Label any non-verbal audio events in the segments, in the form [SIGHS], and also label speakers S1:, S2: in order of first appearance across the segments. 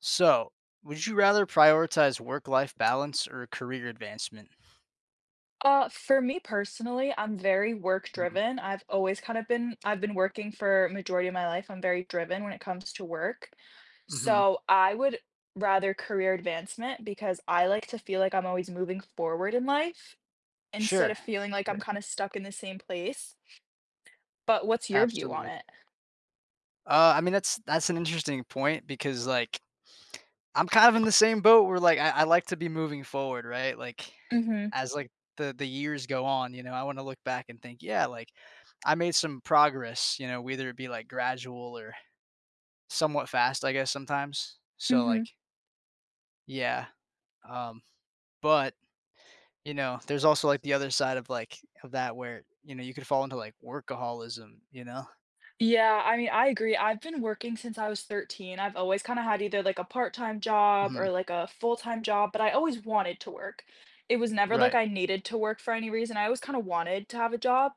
S1: So, would you rather prioritize work-life balance or career advancement?
S2: For me personally, I'm very work
S1: Mhm,
S2: driven. I've always kind of been I've been working for majority of my life. I'm very driven when it comes to work.
S1: mhm.
S2: So I would rather career advancement because I like to feel like I'm always moving forward in life instead
S1: Sure.
S2: of feeling like I'm
S1: Sure.
S2: kind of stuck in the same place. But what's your view on
S1: Absolutely.
S2: it?
S1: I mean, that's an interesting point because, I'm kind of in the same boat where, I like to be moving forward, right? Like,
S2: Mm-hmm.
S1: as, like, the years go on, you know, I wanna look back and think, "Yeah, like, I made some progress," you know, whether it be, like, gradual or somewhat fast, I guess, sometimes. So,
S2: Mm-hmm.
S1: like, yeah, um, but you know, there's also, like, the other side of, that where, you know, you could fall into, like, workaholism, you know?
S2: Yeah, I mean, I agree. I've been working since I was 13. I've always kind of had either like a part-time job
S1: Mhm.
S2: or like a full-time job, but I always wanted to work. It was never like
S1: Right.
S2: I needed to work for any reason. I always kind of wanted to have a job.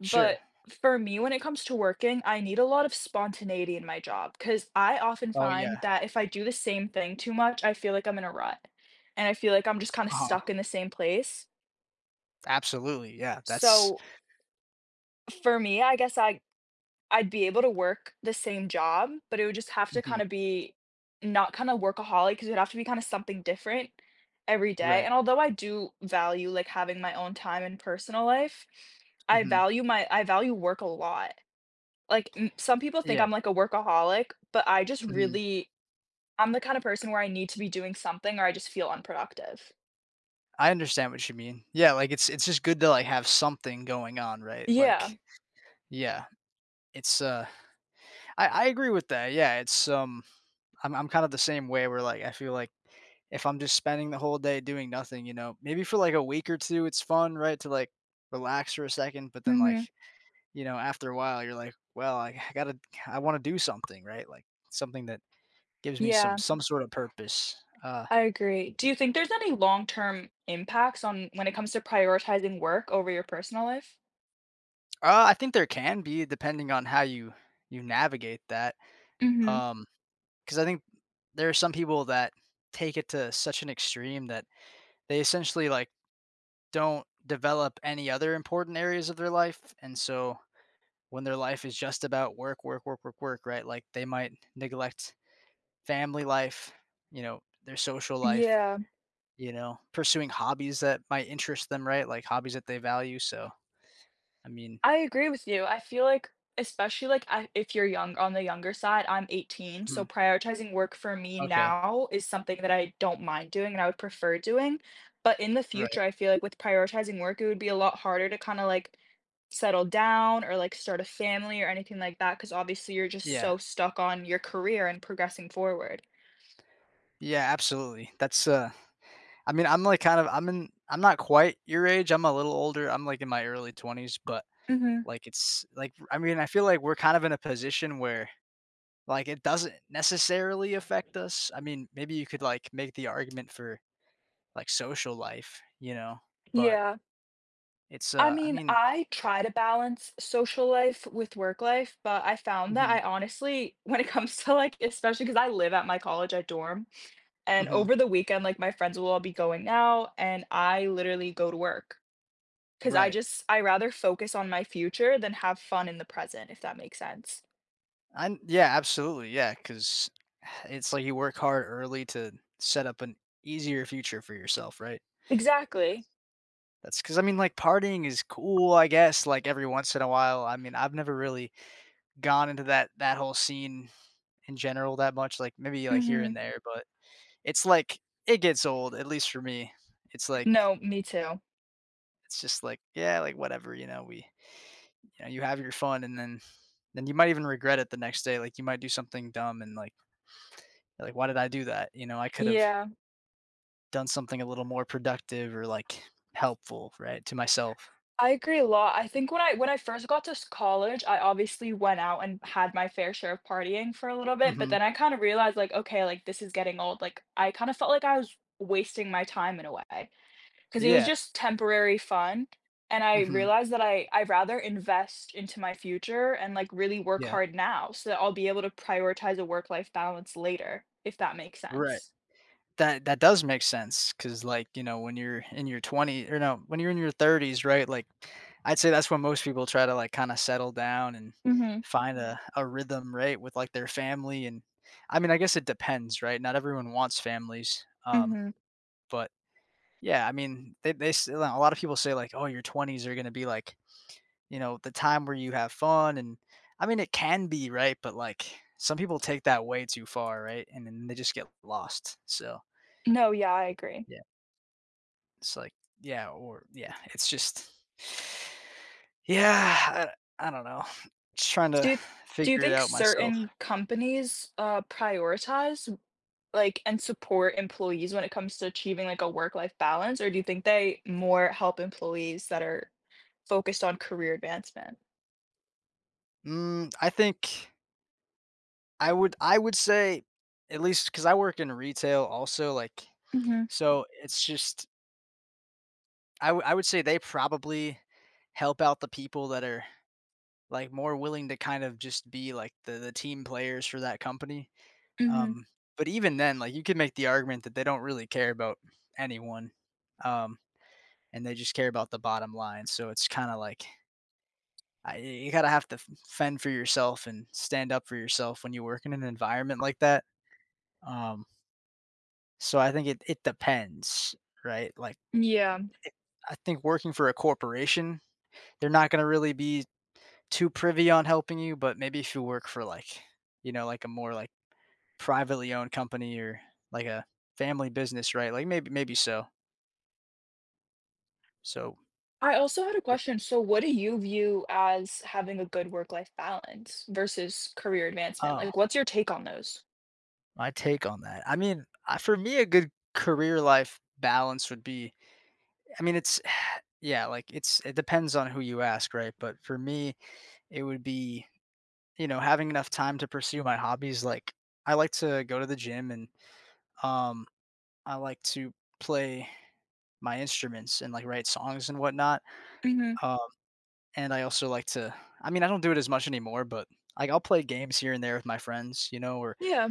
S2: But
S1: Sure.
S2: for me, when it comes to working, I need a lot of spontaneity in my job because I often
S1: Oh, yeah.
S2: find that if I do the same thing too much, I feel like I'm in a rut, and I feel like I'm just kind of
S1: Uh-huh.
S2: stuck in the same place.
S1: Absolutely, yeah, that's
S2: So for me, I guess I'd be able to work the same job, but it would just have to
S1: Mhm.
S2: kinda be not kinda workaholic, because 'cause it'd have to be kinda something different every day,
S1: Right.
S2: and although I do value, like, having my own time and personal life,
S1: Mhm.
S2: I value work a lot. Like, m some people think
S1: Yeah.
S2: I'm, like, a workaholic, but I just
S1: Mhm.
S2: really I'm the kinda person where I need to be doing something or I just feel unproductive.
S1: I understand what you mean. Yeah, like, it's just good to, like, have something going on, right?
S2: Yeah.
S1: Like yeah, it's, uh I agree with that, yeah, I'm kind of the same way where, like, I feel like if I'm just spending the whole day doing nothing, you know, maybe for like a week or two, it's fun, right? To like relax for a second, but then like,
S2: Mhm.
S1: you know, after a while, you're like, well, I gotta, I want to do something, right? Like something that gives me some
S2: Yeah.
S1: sort of purpose. Uh,
S2: I agree. Do you think there's any long-term impacts on when it comes to prioritizing work over your personal life?
S1: I think there can be, depending on how you navigate that.
S2: hmm
S1: Um, because I think there are some people that take it to such an extreme that they essentially like don't develop any other important areas of their life, and so when their life is just about work, work, work, work, work, right? Like they might neglect family life, you know, their social life,
S2: Yeah,
S1: you know, pursuing hobbies that might interest them, right? Like hobbies that they value. So, I mean,
S2: I agree with you. I feel like, especially if you're young, on the younger side, I'm 18, so
S1: hmm,
S2: prioritizing work for me
S1: okay,
S2: now is something that I don't mind doing and I would prefer doing. But in the
S1: right.
S2: future, I feel like with prioritizing work, it would be a lot harder to kind of like settle down or like start a family or anything like that, because obviously you're just
S1: Yeah.
S2: so stuck on your career and progressing forward.
S1: Yeah, absolutely. That's I mean, I'm like kind of I'm in I'm not quite your age. I'm a little older. I'm like in my early 20s, but
S2: hmm
S1: like it's like I mean, I feel like we're kind of in a position where like it doesn't necessarily affect us. I mean, maybe you could like make the argument for like, social life, you know? But
S2: Yeah. I
S1: I
S2: mean,
S1: mean
S2: I try to balance social life with work life, but I found that I
S1: Mhm,
S2: honestly [LAUGHS] when it comes to, like especially because I live at my college, at dorm, and
S1: mhm,
S2: over the weekend, like, my friends will all be going out, and I literally go to work because I
S1: right.
S2: just I rather focus on my future than have fun in the present, if that makes sense.
S1: I yeah, absolutely, yeah. Cause [SIGHS] it's like you work hard early to set up an easier future for yourself, right?
S2: Exactly.
S1: That's cause I mean, like, partying is cool, I guess, like, every once in a while. I mean, I've never really gone into that whole scene in general that much, like, maybe, like, here
S2: Mhm.
S1: and there, but it's like it gets old, at least for me. It's like
S2: No, me too.
S1: it's just like, yeah, like, whatever, you know, we you know you have your fun and then you might even regret it the next day like you might do something dumb and like why did I do that you know I could have
S2: Yeah.
S1: done something a little more productive or like helpful right to myself
S2: I agree a lot. I think when I first got to s college, I obviously went out and had my fair share of partying for a little bit, but
S1: hmm
S2: then I kinda realized, like, "Okay, like, this is getting old." Like, I kinda felt like I was wasting my time in a way because it was
S1: yeah
S2: just temporary fun, and I
S1: hmm
S2: realized that I rather invest into my future and, like, really work
S1: yeah
S2: hard now so that I'll be able to prioritize a work-life balance later, if that makes
S1: right
S2: sense.
S1: That that does make sense, cause like, you know, when you're in your 20s or no, when you're in your 30s, right, like, I'd say that's when most people try to, like, kinda settle down and
S2: Mhm,
S1: find Mhm. a rhythm, right, with, like, their family and I mean, I guess it depends, right? Not everyone wants families,
S2: mhm.
S1: but yeah, I mean, they s a lot of people say, like, "Oh, your 20s are gonna be, like, you know, the time where you have fun," and I mean, it can be, right? But, like, some people take that way too far, right? And then they just get lost, so
S2: No, yeah, I agree.
S1: It's like, yeah, or yeah, it's just Yeah, I don't know. Just trying
S2: Do
S1: to
S2: you th do you
S1: figure it
S2: think
S1: out myself.
S2: certain companies, prioritize, like, and support employees when it comes to achieving, like, a work-life balance, or do you think they more help employees that are focused on career advancement?
S1: Mm, I think I would say at least because I work in retail also, like
S2: Mhm,
S1: so it's just I would say they probably help out the people that are, like, more willing to kind of just be, like, the team players for that company.
S2: mhm,
S1: Um, but even then, like, you could make the argument that they don't really care about anyone. Um and they just care about the bottom line. So it's kind of like you gotta have to fend for yourself and stand up for yourself when you work in an environment like that. Um, so I think it depends, right? Like
S2: yeah.
S1: it, I think working for a corporation, they're not gonna really be too privy on helping you. But maybe if you work for like you know like a more like privately owned company or like a family business, right? Like maybe so. So
S2: I also had a
S1: yeah.
S2: question, so what do you view as having a good work-life balance versus career advancement?
S1: Oh.
S2: Like, what's your take on those?
S1: My take on that. I mean, for me, a good career life balance would be I mean, it's [SIGHS] yeah, like it depends on who you ask, right? But for me, it would be, you know, having enough time to pursue my hobbies. Like I like to go to the gym and um I like to play my instruments and like write songs and whatnot.
S2: Mhm,
S1: Um and I also like to I mean, I don't do it as much anymore, but like I'll play games here and there with my friends, you know, or
S2: yeah,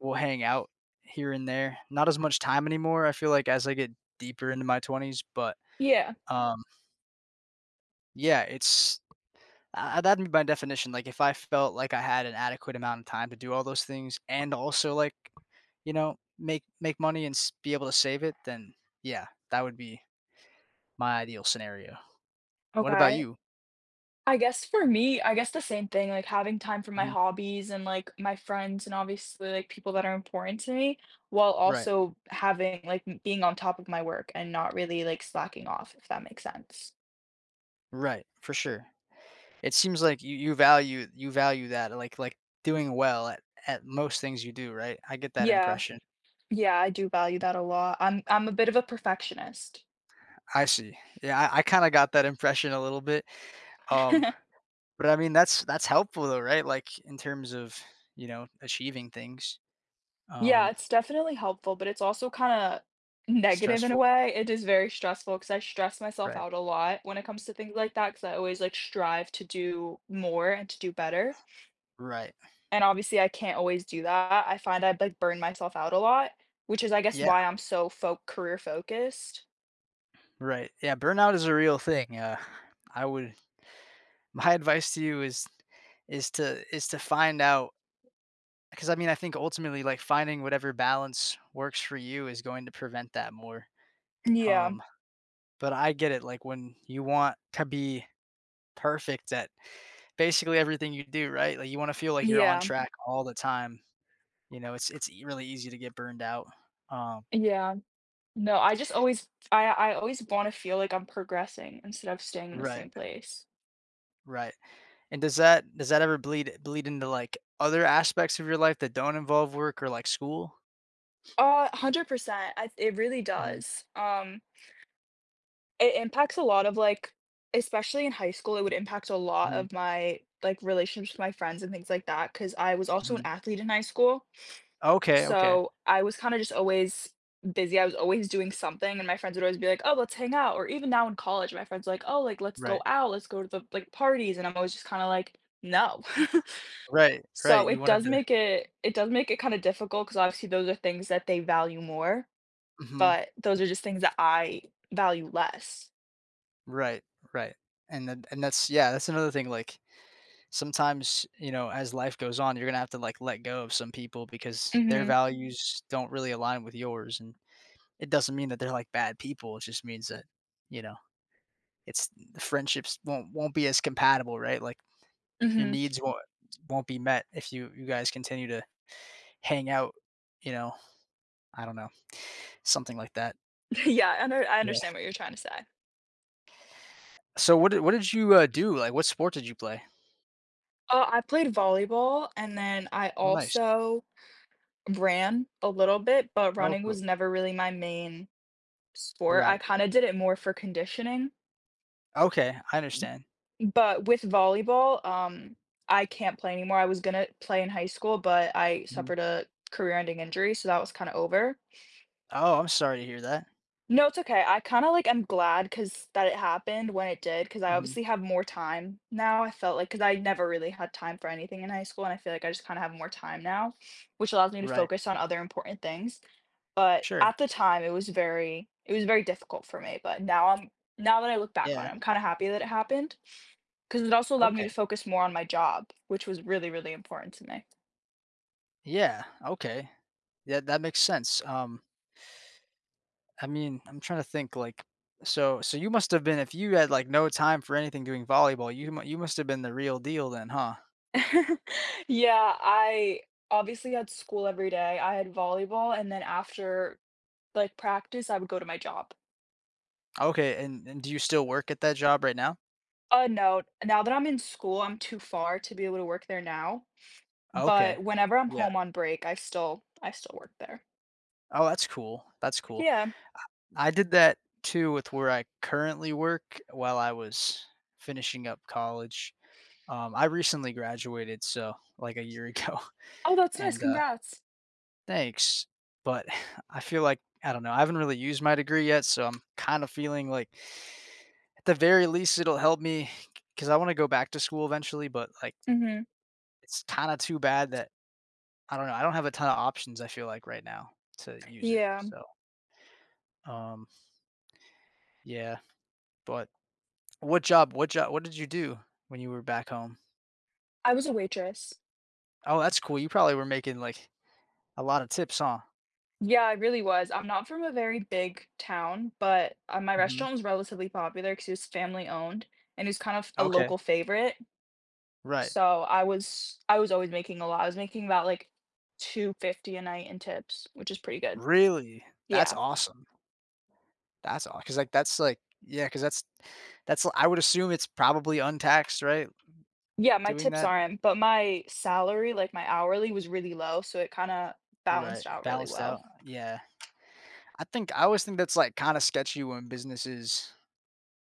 S1: we'll hang out here and there. Not as much time anymore, I feel like, as I get deeper into my 20s, but,
S2: yeah,
S1: um, yeah, it's that'd be my definition, like, if I felt like I had an adequate amount of time to do all those things and also, like, you know, make money and s be able to save it, then, yeah, that would be my ideal scenario. What about
S2: Okay.
S1: you?
S2: I guess for me, I guess the same thing, like having time for my
S1: Mhm.
S2: hobbies and like my friends and obviously like people that are important to me, while
S1: Right.
S2: also having like being on top of my work and not really like slacking off, if that makes sense.
S1: Right, for sure. It seems like you value that, like, doing well at most things you do, right? I get that
S2: Yeah.
S1: impression.
S2: Yeah, I do value that a lot. I'm a bit of a perfectionist.
S1: I see. Yeah, I kind of got that impression a little bit. Um,
S2: [LAUGHS]
S1: but I mean, that's helpful though, right? Like in terms of you know achieving things.
S2: Yeah,
S1: Um,
S2: it's definitely helpful, but it's also kind of negative in a
S1: stressful.
S2: way. It is very stressful because I stress myself
S1: Right.
S2: out a lot when it comes to things like that because I always like strive to do more and to do better.
S1: Right.
S2: And obviously, I can't always do that. I find I like, burn myself out a lot, which is, I guess,
S1: Yeah.
S2: why I'm so fo career focused.
S1: Right. Yeah. Burnout is a real thing. I would. [LAUGHS] My advice to you is is to find out because I mean I think ultimately like finding whatever balance works for you is going to prevent that more.
S2: Yeah,
S1: Um, but I get it. Like when you want to be perfect at basically everything you do, right? Like, you wanna feel like you're on Mm.
S2: yeah,
S1: track all the time, you know, it's e really easy to get burned out. Um
S2: yeah. No, I always wanna feel like I'm progressing instead of staying in the
S1: Right,
S2: same place.
S1: right, and does that ever bleed into, like, other aspects of your life that don't involve work or, like, school?
S2: 100%. I it really
S1: Mhm,
S2: does. It impacts a lot of, like especially in high school, it would impact a lot
S1: mhm,
S2: of my, like, relationships with my friends and things like that. Because I was also an
S1: mhm.
S2: athlete in high school.
S1: Okay, okay.
S2: So, I was kinda just always busy, I was always doing something, and my friends would always be like, "Oh, let's hang out," or even now in college, my friends are like, "Oh, like, let's
S1: Right,
S2: go out, let's go to the, like, parties," and I'm always just kinda like, "No." [LAUGHS]
S1: right, right,
S2: So,
S1: you
S2: it
S1: wanted
S2: does
S1: to
S2: make it it does make it kinda difficult because obviously those are things that they value more,
S1: Mhm,
S2: but those are just things that I value less.
S1: right, right, and then and that's yeah, that's another thing, like, sometimes, you know, as life goes on, you're gonna have to, like, let go of some people because their
S2: Mhm,
S1: values don't really align with yours and It doesn't mean that they're like bad people. It just means that, you know, it's the friendships won't be as compatible, right? Like your
S2: mhm.
S1: needs won't be met if you guys continue to hang out, you know, I don't know, something like that.
S2: [LAUGHS] Yeah, I
S1: Yeah.
S2: understand what you're trying to say.
S1: So what did you do? Like what sport did you play?
S2: I played volleyball, and then I
S1: Oh, nice.
S2: also ran a little bit, but
S1: Oh,
S2: running
S1: cool.
S2: was never really my main sport. I
S1: Right.
S2: kinda did it more for conditioning,
S1: Okay, I understand.
S2: but with volleyball, I can't play anymore. I was gonna play in high school, but I
S1: Mhm.
S2: suffered a career-ending injury, so that was kinda over.
S1: Oh, I'm sorry to hear that.
S2: No, it's okay. I kinda, like, I am glad because that it happened when it did. Because I
S1: Mhm.
S2: obviously have more time now, I felt like because I never really had time for anything in high school, and I feel like I just kinda have more time now, which allows me to
S1: Right.
S2: focus on other important things. But
S1: Sure.
S2: at the time, it was very difficult for me, but now I'm now that I look back on
S1: Yeah.
S2: it, I'm kinda happy that it happened because it also allowed me
S1: Okay.
S2: to focus more on my job, which was really, really important to me.
S1: Yeah. Okay. Yeah, that makes sense. I mean, I'm trying to think like so you must have been if you had like no time for anything doing volleyball, you must have been the real deal then, huh?
S2: [LAUGHS] Yeah, I obviously had school every day, I had volleyball, and then after, like, practice, I would go to my job.
S1: Okay, and do you still work at that job right now?
S2: No, now that I'm in school, I'm too far to be able to work there now, but
S1: Okay.
S2: whenever I'm
S1: Yeah.
S2: home on break, I still work there.
S1: Oh, that's cool.
S2: Yeah.
S1: I did that too with where I currently work while I was finishing up college. I recently graduated, so like a year ago,
S2: Oh,
S1: [LAUGHS]
S2: that's nice,
S1: and,
S2: congrats.
S1: Thanks, but [SIGHS] I feel like I don't know, I haven't really used my degree yet, so I'm kind of feeling like at the very least it'll help me because I wanna go back to school eventually, but, like,
S2: Mhm.
S1: it's kinda too bad that I don't know, I don't have a ton of options, I feel like, right now to use it,
S2: Yeah.
S1: so, um, yeah, but what did you do when you were back home?
S2: I was a waitress.
S1: Oh, that's cool, you probably were making, like, a lot of tips, huh?
S2: Yeah, I really was. I'm not from a very big town, but, my
S1: Mhm.
S2: restaurant was relatively popular because it was family owned, and it was kind of a
S1: Okay.
S2: local favorite,
S1: Right.
S2: so I was always making a lot. I was making about, like, 250 a night in tips, which is pretty good.
S1: Really? That's
S2: Yeah.
S1: awesome. Cause like, that's, like yeah, cause that's I would assume it's probably untaxed, right?
S2: Yeah, my
S1: Doing
S2: tips
S1: that?
S2: aren't, but my salary, like, my hourly was really low, so it kinda balanced
S1: Right,
S2: out really
S1: balanced
S2: well.
S1: out. Yeah. I think I always think that's, like, kinda sketchy when businesses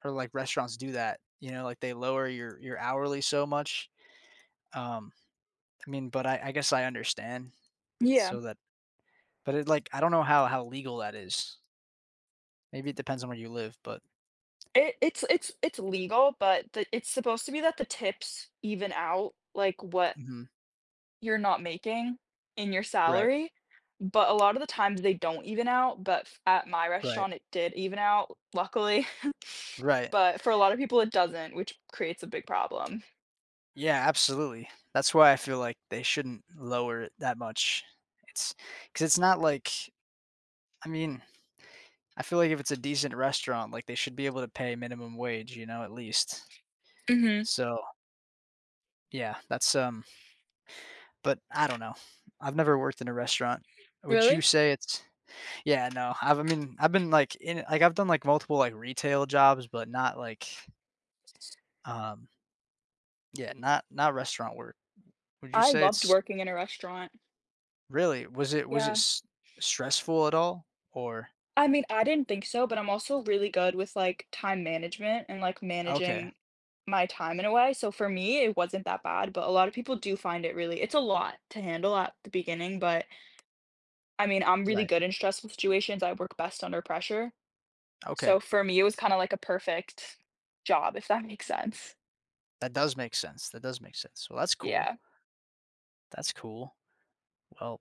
S1: or, like, restaurants do that, you know, like, they lower your hourly so much. Um, I mean, but I guess I understand
S2: Yeah.
S1: so that but it, like I don't know how legal that is. Maybe it depends on where you live, but
S2: It's legal, but the it's supposed to be that the tips even out, like, what
S1: Mhm.
S2: you're not making in your
S1: Right,
S2: salary, but a lot of the times they don't even out, but f at my
S1: right,
S2: restaurant, it did even out, luckily. [LAUGHS]
S1: right.
S2: But for a lot of people, it doesn't, which creates a big problem.
S1: Yeah, absolutely. That's why I feel like they shouldn't lower it that much. It's because it's not like I mean, I feel like if it's a decent restaurant, like they should be able to pay minimum wage, you know, at least.
S2: Mhm.
S1: So yeah, that's. But I don't know. I've never worked in a restaurant. Would
S2: Really?
S1: you say it's? Yeah, no. I mean, I've been like in like I've done like multiple like retail jobs, but not like um. Yeah, not restaurant work. Would you
S2: I
S1: say
S2: loved
S1: it's
S2: working in a restaurant.
S1: Really? Was it
S2: Yeah.
S1: s stressful at all? Or
S2: I mean, I didn't think so, but I'm also really good with, like, time management and, like,
S1: okay,
S2: managing my time in a way, so for me, it wasn't that bad, but a lot of people do find it really it's a lot to handle at the beginning, but I mean, I'm really
S1: right,
S2: good in stressful situations, I work best under pressure,
S1: okay.
S2: so for me, it was kinda like a perfect job, if that makes sense.
S1: That does make sense, Well, that's cool,
S2: Yeah.
S1: that's cool. Well